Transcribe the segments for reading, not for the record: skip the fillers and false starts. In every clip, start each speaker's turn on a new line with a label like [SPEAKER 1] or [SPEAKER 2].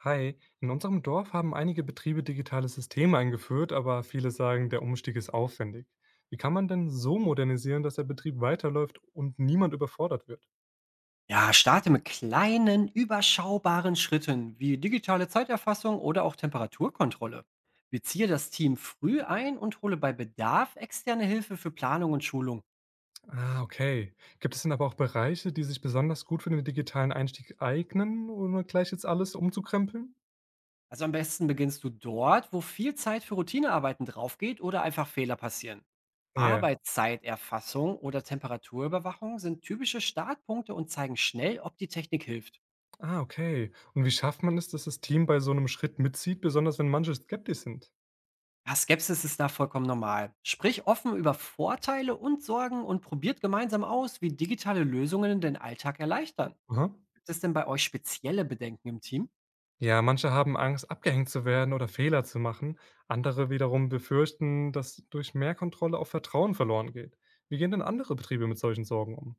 [SPEAKER 1] Hi, in unserem Dorf haben einige Betriebe digitale Systeme eingeführt, aber viele sagen, der Umstieg ist aufwendig. Wie kann man denn so modernisieren, dass der Betrieb weiterläuft und niemand überfordert wird?
[SPEAKER 2] Ja, starte mit kleinen, überschaubaren Schritten wie digitale Zeiterfassung oder auch Temperaturkontrolle. Beziehe das Team früh ein und hole bei Bedarf externe Hilfe für Planung und Schulung.
[SPEAKER 1] Ah, okay. Gibt es denn aber auch Bereiche, die sich besonders gut für den digitalen Einstieg eignen, ohne gleich jetzt alles umzukrempeln?
[SPEAKER 2] Also am besten beginnst du dort, wo viel Zeit für Routinearbeiten draufgeht oder einfach Fehler passieren.
[SPEAKER 1] Ja.
[SPEAKER 2] Arbeitszeiterfassung oder Temperaturüberwachung sind typische Startpunkte und zeigen schnell, ob die Technik hilft.
[SPEAKER 1] Ah, okay. Und wie schafft man es, dass das Team bei so einem Schritt mitzieht, besonders wenn manche skeptisch sind?
[SPEAKER 2] Ja, Skepsis ist da vollkommen normal. Sprich offen über Vorteile und Sorgen und probiert gemeinsam aus, wie digitale Lösungen den Alltag erleichtern.
[SPEAKER 1] Aha.
[SPEAKER 2] Gibt es denn bei euch spezielle Bedenken im Team?
[SPEAKER 1] Ja, manche haben Angst, abgehängt zu werden oder Fehler zu machen. Andere wiederum befürchten, dass durch mehr Kontrolle auch Vertrauen verloren geht. Wie gehen denn andere Betriebe mit solchen Sorgen um?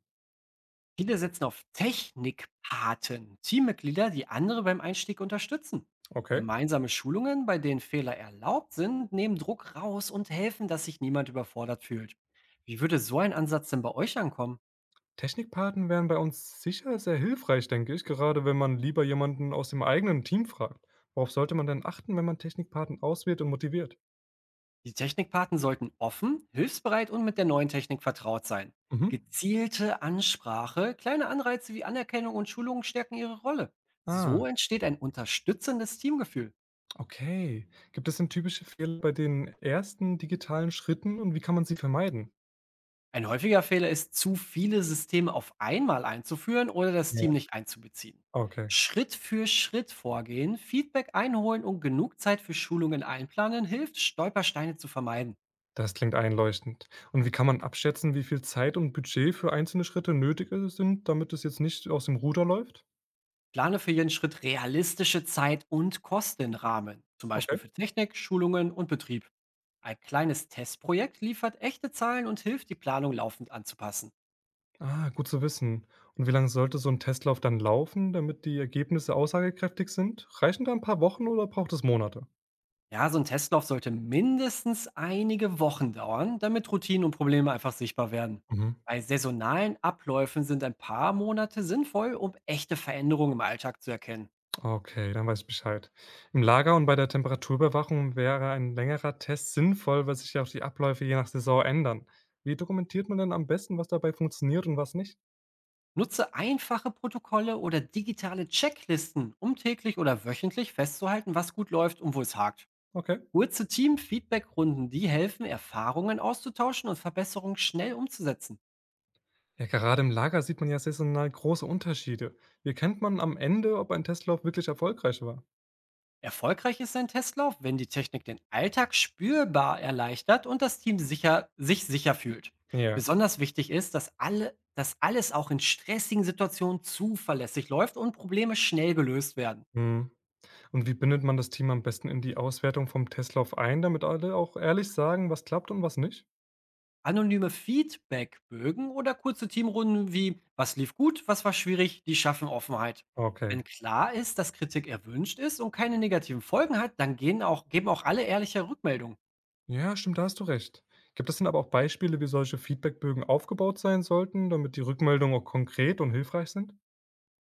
[SPEAKER 2] Viele setzen auf Technikpaten, Teammitglieder, die andere beim Einstieg unterstützen.
[SPEAKER 1] Okay.
[SPEAKER 2] Gemeinsame Schulungen, bei denen Fehler erlaubt sind, nehmen Druck raus und helfen, dass sich niemand überfordert fühlt. Wie würde so ein Ansatz denn bei euch ankommen?
[SPEAKER 1] Technikpaten wären bei uns sicher sehr hilfreich, denke ich, gerade wenn man lieber jemanden aus dem eigenen Team fragt. Worauf sollte man denn achten, wenn man Technikpaten auswählt und motiviert?
[SPEAKER 2] Die Technikpaten sollten offen, hilfsbereit und mit der neuen Technik vertraut sein.
[SPEAKER 1] Mhm.
[SPEAKER 2] Gezielte Ansprache, kleine Anreize wie Anerkennung und Schulungen stärken ihre Rolle.
[SPEAKER 1] Ah,
[SPEAKER 2] So entsteht ein unterstützendes Teamgefühl.
[SPEAKER 1] okay. Gibt es denn typische Fehler bei den ersten digitalen Schritten und wie kann man sie vermeiden?
[SPEAKER 2] Ein häufiger Fehler ist, zu viele Systeme auf einmal einzuführen oder das
[SPEAKER 1] Ja.
[SPEAKER 2] Team nicht einzubeziehen.
[SPEAKER 1] Okay.
[SPEAKER 2] Schritt für Schritt vorgehen, Feedback einholen und genug Zeit für Schulungen einplanen hilft, Stolpersteine zu vermeiden.
[SPEAKER 1] Das klingt einleuchtend. Und wie kann man abschätzen, wie viel Zeit und Budget für einzelne Schritte nötig sind, damit es jetzt nicht aus dem Ruder läuft?
[SPEAKER 2] Plane für jeden Schritt realistische Zeit- und Kostenrahmen, zum Beispiel für
[SPEAKER 1] Okay.
[SPEAKER 2] Technik, Schulungen und Betrieb. Ein kleines Testprojekt liefert echte Zahlen und hilft, die Planung laufend anzupassen.
[SPEAKER 1] Ah, gut zu wissen. Und wie lange sollte so ein Testlauf dann laufen, damit die Ergebnisse aussagekräftig sind? Reichen da ein paar Wochen oder braucht es Monate?
[SPEAKER 2] Ja, so ein Testlauf sollte mindestens einige Wochen dauern, damit Routinen und Probleme einfach sichtbar werden.
[SPEAKER 1] Mhm.
[SPEAKER 2] Bei saisonalen Abläufen sind ein paar Monate sinnvoll, um echte Veränderungen im Alltag zu erkennen.
[SPEAKER 1] Okay, dann weiß ich Bescheid. Im Lager und bei der Temperaturüberwachung wäre ein längerer Test sinnvoll, weil sich ja auch die Abläufe je nach Saison ändern. Wie dokumentiert man denn am besten, was dabei funktioniert und was nicht?
[SPEAKER 2] Nutze einfache Protokolle oder digitale Checklisten, um täglich oder wöchentlich festzuhalten, was gut läuft und wo es hakt.
[SPEAKER 1] Okay.
[SPEAKER 2] Kurze Team-Feedback-Runden, die helfen, Erfahrungen auszutauschen und Verbesserungen schnell umzusetzen.
[SPEAKER 1] Ja, gerade im Lager sieht man ja saisonal große Unterschiede. Wie erkennt man am Ende, ob ein Testlauf wirklich erfolgreich war?
[SPEAKER 2] Erfolgreich ist ein Testlauf, wenn die Technik den Alltag spürbar erleichtert und das Team sich sicher fühlt.
[SPEAKER 1] Ja.
[SPEAKER 2] Besonders wichtig ist, dass alles auch in stressigen Situationen zuverlässig läuft und Probleme schnell gelöst werden.
[SPEAKER 1] Hm. Und wie bindet man das Team am besten in die Auswertung vom Testlauf ein, damit alle auch ehrlich sagen, was klappt und was nicht?
[SPEAKER 2] Anonyme Feedbackbögen oder kurze Teamrunden wie was lief gut, was war schwierig, die schaffen Offenheit.
[SPEAKER 1] Okay.
[SPEAKER 2] Wenn klar ist, dass Kritik erwünscht ist und keine negativen Folgen hat, dann geben auch alle ehrliche Rückmeldungen.
[SPEAKER 1] Ja, stimmt, da hast du recht. Gibt es denn aber auch Beispiele, wie solche Feedbackbögen aufgebaut sein sollten, damit die Rückmeldungen auch konkret und hilfreich sind?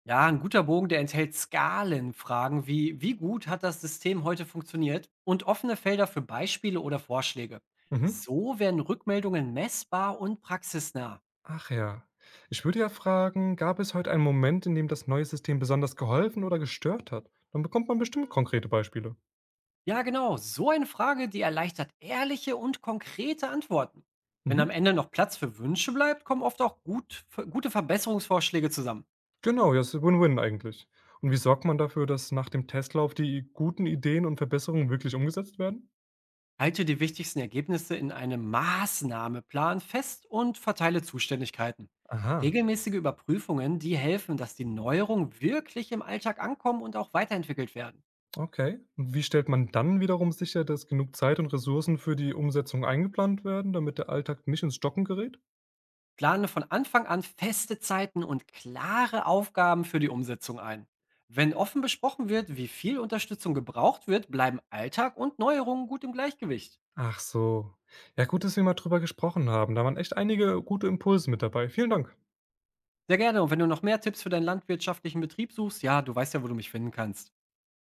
[SPEAKER 2] Ja, ein guter Bogen, der enthält Skalenfragen wie wie gut hat das System heute funktioniert und offene Felder für Beispiele oder Vorschläge.
[SPEAKER 1] Mhm.
[SPEAKER 2] So werden Rückmeldungen messbar und praxisnah.
[SPEAKER 1] Ach ja. Ich würde ja fragen, gab es heute einen Moment, in dem das neue System besonders geholfen oder gestört hat? Dann bekommt man bestimmt konkrete Beispiele.
[SPEAKER 2] Ja, genau. So eine Frage, die erleichtert ehrliche und konkrete Antworten. Wenn am
[SPEAKER 1] Mhm.
[SPEAKER 2] Ende noch Platz für Wünsche bleibt, kommen oft gute Verbesserungsvorschläge zusammen.
[SPEAKER 1] Genau, ja, ist Win-Win eigentlich. Und wie sorgt man dafür, dass nach dem Testlauf die guten Ideen und Verbesserungen wirklich umgesetzt werden?
[SPEAKER 2] Halte die wichtigsten Ergebnisse in einem Maßnahmeplan fest und verteile Zuständigkeiten.
[SPEAKER 1] Aha,
[SPEAKER 2] Regelmäßige Überprüfungen, die helfen, dass die Neuerungen wirklich im Alltag ankommen und auch weiterentwickelt werden.
[SPEAKER 1] okay. Und wie stellt man dann wiederum sicher, dass genug Zeit und Ressourcen für die Umsetzung eingeplant werden, damit der Alltag nicht ins Stocken gerät?
[SPEAKER 2] Plane von Anfang an feste Zeiten und klare Aufgaben für die Umsetzung ein. Wenn offen besprochen wird, wie viel Unterstützung gebraucht wird, bleiben Alltag und Neuerungen gut im Gleichgewicht.
[SPEAKER 1] Ach so. Ja, gut, dass wir mal drüber gesprochen haben. Da waren echt einige gute Impulse mit dabei. Vielen Dank.
[SPEAKER 2] Sehr gerne. Und wenn du noch mehr Tipps für deinen landwirtschaftlichen Betrieb suchst, ja, du weißt ja, wo du mich finden kannst.